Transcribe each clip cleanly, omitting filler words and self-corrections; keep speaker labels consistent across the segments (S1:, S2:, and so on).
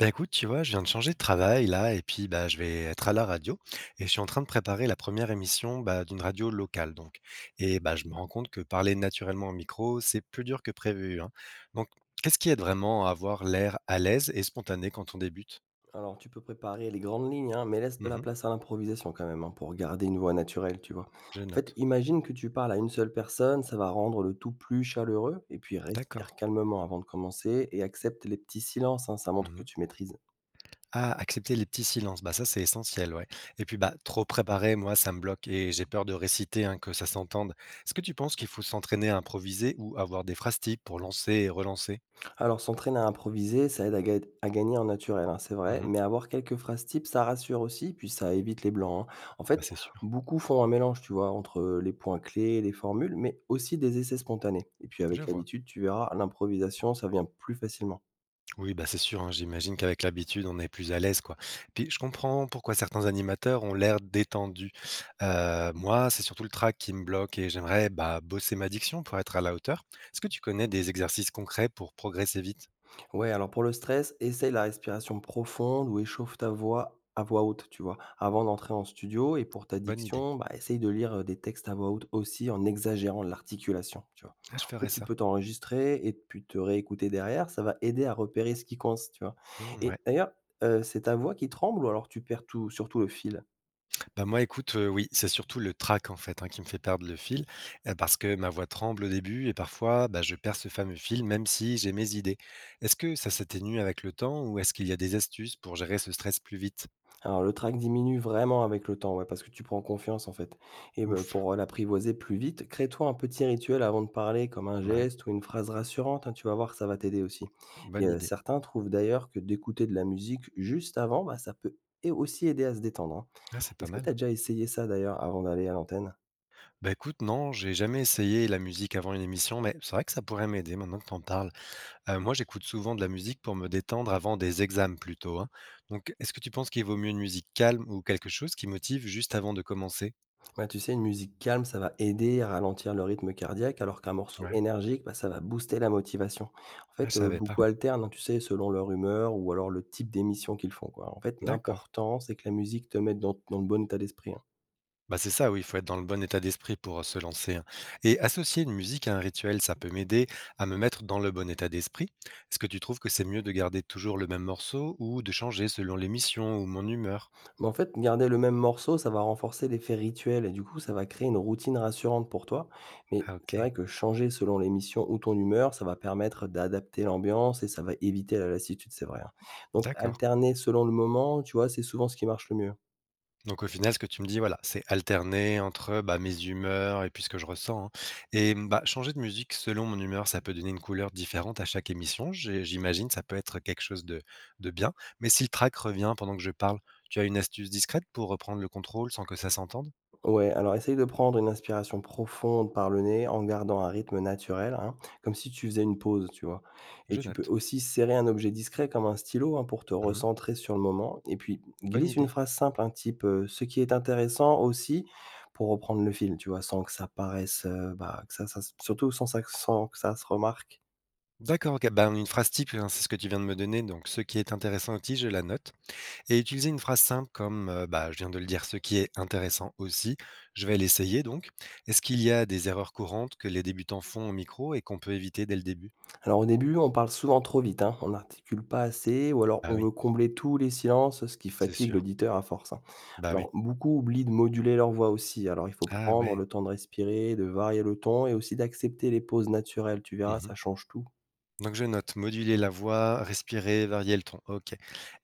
S1: Bah, écoute, tu vois, je viens de changer de travail là et puis bah, je vais être à la radio et je suis en train de préparer la première émission bah, d'une radio locale donc. Et bah, je me rends compte que parler naturellement au micro, c'est plus dur que prévu, hein. Donc, qu'est-ce qui aide vraiment à avoir l'air à l'aise et spontané quand on débute?
S2: Alors, tu peux préparer les grandes lignes, hein, mais laisse de la
S1: Mhm,
S2: place à l'improvisation quand même, hein, pour garder une voix naturelle, tu vois.
S1: je
S2: En fait,
S1: note.
S2: imagine que tu parles à une seule personne, ça va rendre le tout plus chaleureux, et puis
S1: D'accord.
S2: respire calmement avant de commencer et accepte les petits silences, hein, ça montre que
S1: Mhm.
S2: tu maîtrises.
S1: Ah, accepter les petits silences, bah ça c'est essentiel, ouais. Et puis bah trop préparé, moi ça me bloque et j'ai peur de réciter, hein, que ça s'entende. Est-ce que tu penses qu'il faut s'entraîner à improviser ou avoir des phrases types pour lancer et relancer?
S2: Alors s'entraîner à improviser, ça aide à, à gagner en naturel, hein, c'est vrai, mais avoir quelques phrases types, ça rassure aussi, puis ça évite les blancs, hein. En
S1: Bah,
S2: fait,
S1: c'est sûr,
S2: beaucoup font un mélange, tu vois, entre les points clés, les formules, mais aussi des essais spontanés. Et puis
S1: je
S2: avec
S1: vois.
S2: l'habitude, tu verras, l'improvisation, ça vient plus facilement.
S1: Oui, bah, c'est sûr, hein, j'imagine qu'avec l'habitude, on est plus à l'aise, quoi. Puis je comprends pourquoi certains animateurs ont l'air détendus. Moi, c'est surtout le track qui me bloque et j'aimerais bah, bosser ma diction pour être à la hauteur. Est-ce que tu connais des exercices concrets pour progresser vite?
S2: Ouais, alors pour le stress, essaye la respiration profonde ou échauffe ta voix à voix haute, tu vois, avant d'entrer en studio. Et pour ta
S1: Bonne idée.
S2: diction, bah, essaye de lire des textes à voix haute aussi en exagérant l'articulation, tu vois.
S1: Ah, je
S2: En
S1: ferais
S2: fait, tu
S1: ça.
S2: peux t'enregistrer et puis te réécouter derrière, ça va aider à repérer ce qui coince, tu vois.
S1: Hmm,
S2: Et
S1: ouais.
S2: d'ailleurs, c'est ta voix qui tremble ou alors tu perds tout, surtout le fil?
S1: Bah, moi, écoute, oui, c'est surtout le trac, en fait, hein, qui me fait perdre le fil, parce que ma voix tremble au début et parfois, bah, je perds ce fameux fil même si j'ai mes idées. Est-ce que ça s'atténue avec le temps ou est-ce qu'il y a des astuces pour gérer ce stress plus vite?
S2: Alors le trac diminue vraiment avec le temps, ouais, parce que tu prends confiance en fait. Et ben,
S1: Ouf,
S2: pour l'apprivoiser plus vite, crée-toi un petit rituel avant de parler, comme un
S1: ouais,
S2: geste ou une phrase rassurante, hein, tu vas voir, ça va t'aider aussi. Et
S1: bonne idée.
S2: certains trouvent d'ailleurs que d'écouter de la musique juste avant, bah, ça peut et aussi aider à se détendre, hein.
S1: Ah, c'est pas
S2: Est-ce que tu as
S1: mal.
S2: déjà essayé ça d'ailleurs avant d'aller à l'antenne?
S1: Bah, écoute, non, j'ai jamais essayé la musique avant une émission, mais c'est vrai que ça pourrait m'aider maintenant que t'en parles. Moi, j'écoute souvent de la musique pour me détendre avant des examens plutôt, hein. Donc est-ce que tu penses qu'il vaut mieux une musique calme ou quelque chose qui motive juste avant de commencer?
S2: Ouais, tu sais, une musique calme, ça va aider à ralentir le rythme cardiaque, alors qu'un morceau
S1: Ouais.
S2: énergique, bah, ça va booster la motivation. En
S1: Ah, je
S2: fait,
S1: savais pas.
S2: beaucoup alternent, hein, tu sais, selon leur humeur ou alors le type d'émission qu'ils font, quoi. En fait,
S1: D'accord.
S2: l'important, c'est que la musique te mette dans le bon état d'esprit, hein.
S1: Bah, c'est ça, oui, il faut être dans le bon état d'esprit pour se lancer, hein. Et associer une musique à un rituel, ça peut m'aider à me mettre dans le bon état d'esprit. Est-ce que tu trouves que c'est mieux de garder toujours le même morceau ou de changer selon l'émission ou mon humeur?
S2: Mais en fait, garder le même morceau, ça va renforcer l'effet rituel et du coup, ça va créer une routine rassurante pour toi. Mais
S1: Ah,
S2: c'est
S1: ok.
S2: vrai que changer selon l'émission ou ton humeur, ça va permettre d'adapter l'ambiance et ça va éviter la lassitude, c'est vrai, hein. Donc,
S1: D'accord.
S2: alterner selon le moment, tu vois, c'est souvent ce qui marche le mieux.
S1: Donc au final, ce que tu me dis, voilà, c'est alterner entre, bah, mes humeurs et puis ce que je ressens, hein. Et mmh, bah, changer de musique selon mon humeur, ça peut donner une couleur différente à chaque émission. J'imagine, ça peut être quelque chose de bien. Mais si le track revient pendant que je parle, tu as une astuce discrète pour reprendre le contrôle sans que ça s'entende?
S2: Ouais, alors essaye de prendre une inspiration profonde par le nez en gardant un rythme naturel, hein, comme si tu faisais une pause, tu vois. Et
S1: Je
S2: tu peux
S1: note.
S2: aussi serrer un objet discret comme un stylo, hein, pour te
S1: Mmh,
S2: recentrer sur le moment. Et puis
S1: bonne
S2: glisse une
S1: idée.
S2: phrase simple, un type ce qui est intéressant aussi pour reprendre le fil, tu vois, sans que ça paraisse, bah, surtout sans que ça se remarque.
S1: D'accord, OK. Ben, une phrase type, hein, c'est ce que tu viens de me donner, donc ce qui est intéressant aussi, je la note. Et utiliser une phrase simple comme bah, je viens de le dire, ce qui est intéressant aussi, je vais l'essayer donc. Est-ce qu'il y a des erreurs courantes que les débutants font au micro et qu'on peut éviter dès le début?
S2: Alors au début, on parle souvent trop vite, hein, on n'articule pas assez ou alors
S1: Bah
S2: on
S1: oui,
S2: veut combler tous les silences, ce qui
S1: c'est
S2: fatigue
S1: sûr.
S2: l'auditeur à force, hein.
S1: Bah oui.
S2: Alors beaucoup oublient de moduler leur voix aussi, alors il faut
S1: Ah
S2: prendre
S1: ouais.
S2: le temps de respirer, de varier le ton et aussi d'accepter les pauses naturelles, tu verras,
S1: Mhm.
S2: ça change tout.
S1: Donc je note, moduler la voix, respirer, varier le ton. Ok.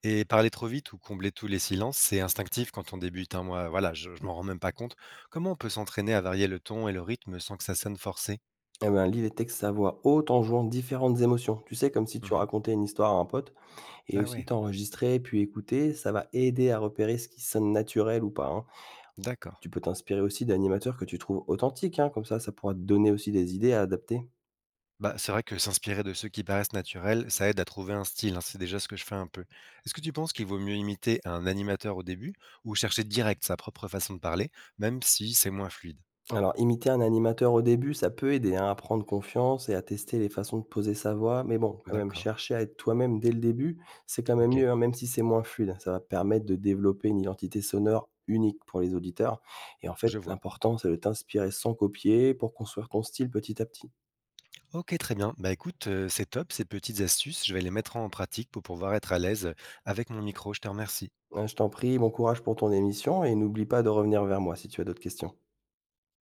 S1: Et parler trop vite ou combler tous les silences, c'est instinctif quand on débute, hein. Moi, voilà, je m'en rends même pas compte. Comment on peut s'entraîner à varier le ton et le rythme sans que ça sonne forcé?
S2: Eh ben, lis les textes à voix haute en jouant différentes émotions. Tu sais, comme si tu
S1: Mhm.
S2: racontais une histoire à un pote. Et
S1: Ah
S2: aussi
S1: ouais,
S2: t'enregistrer, puis écouter, ça va aider à repérer ce qui sonne naturel ou pas, hein.
S1: d'accord.
S2: Tu peux t'inspirer aussi d'animateurs que tu trouves authentiques, hein. Comme ça pourra te donner aussi des idées à adapter.
S1: Bah, c'est vrai que s'inspirer de ceux qui paraissent naturels, ça aide à trouver un style, hein, c'est déjà ce que je fais un peu. Est-ce que tu penses qu'il vaut mieux imiter un animateur au début ou chercher direct sa propre façon de parler, même si c'est moins fluide?
S2: Alors, imiter un animateur au début, ça peut aider, hein, à prendre confiance et à tester les façons de poser sa voix. Mais bon, quand même,
S1: D'accord,
S2: chercher à être toi-même dès le début, c'est quand même
S1: ok,
S2: mieux, hein, même si c'est moins fluide. Ça va permettre de développer une identité sonore unique pour les auditeurs. Et en fait,
S1: je vois.
S2: l'important, c'est de t'inspirer sans copier pour construire ton style petit à petit.
S1: Ok, très bien. Bah écoute, c'est top ces petites astuces, je vais les mettre en pratique pour pouvoir être à l'aise avec mon micro, je te remercie.
S2: Hein, je t'en prie, bon courage pour ton émission et n'oublie pas de revenir vers moi si tu as d'autres questions.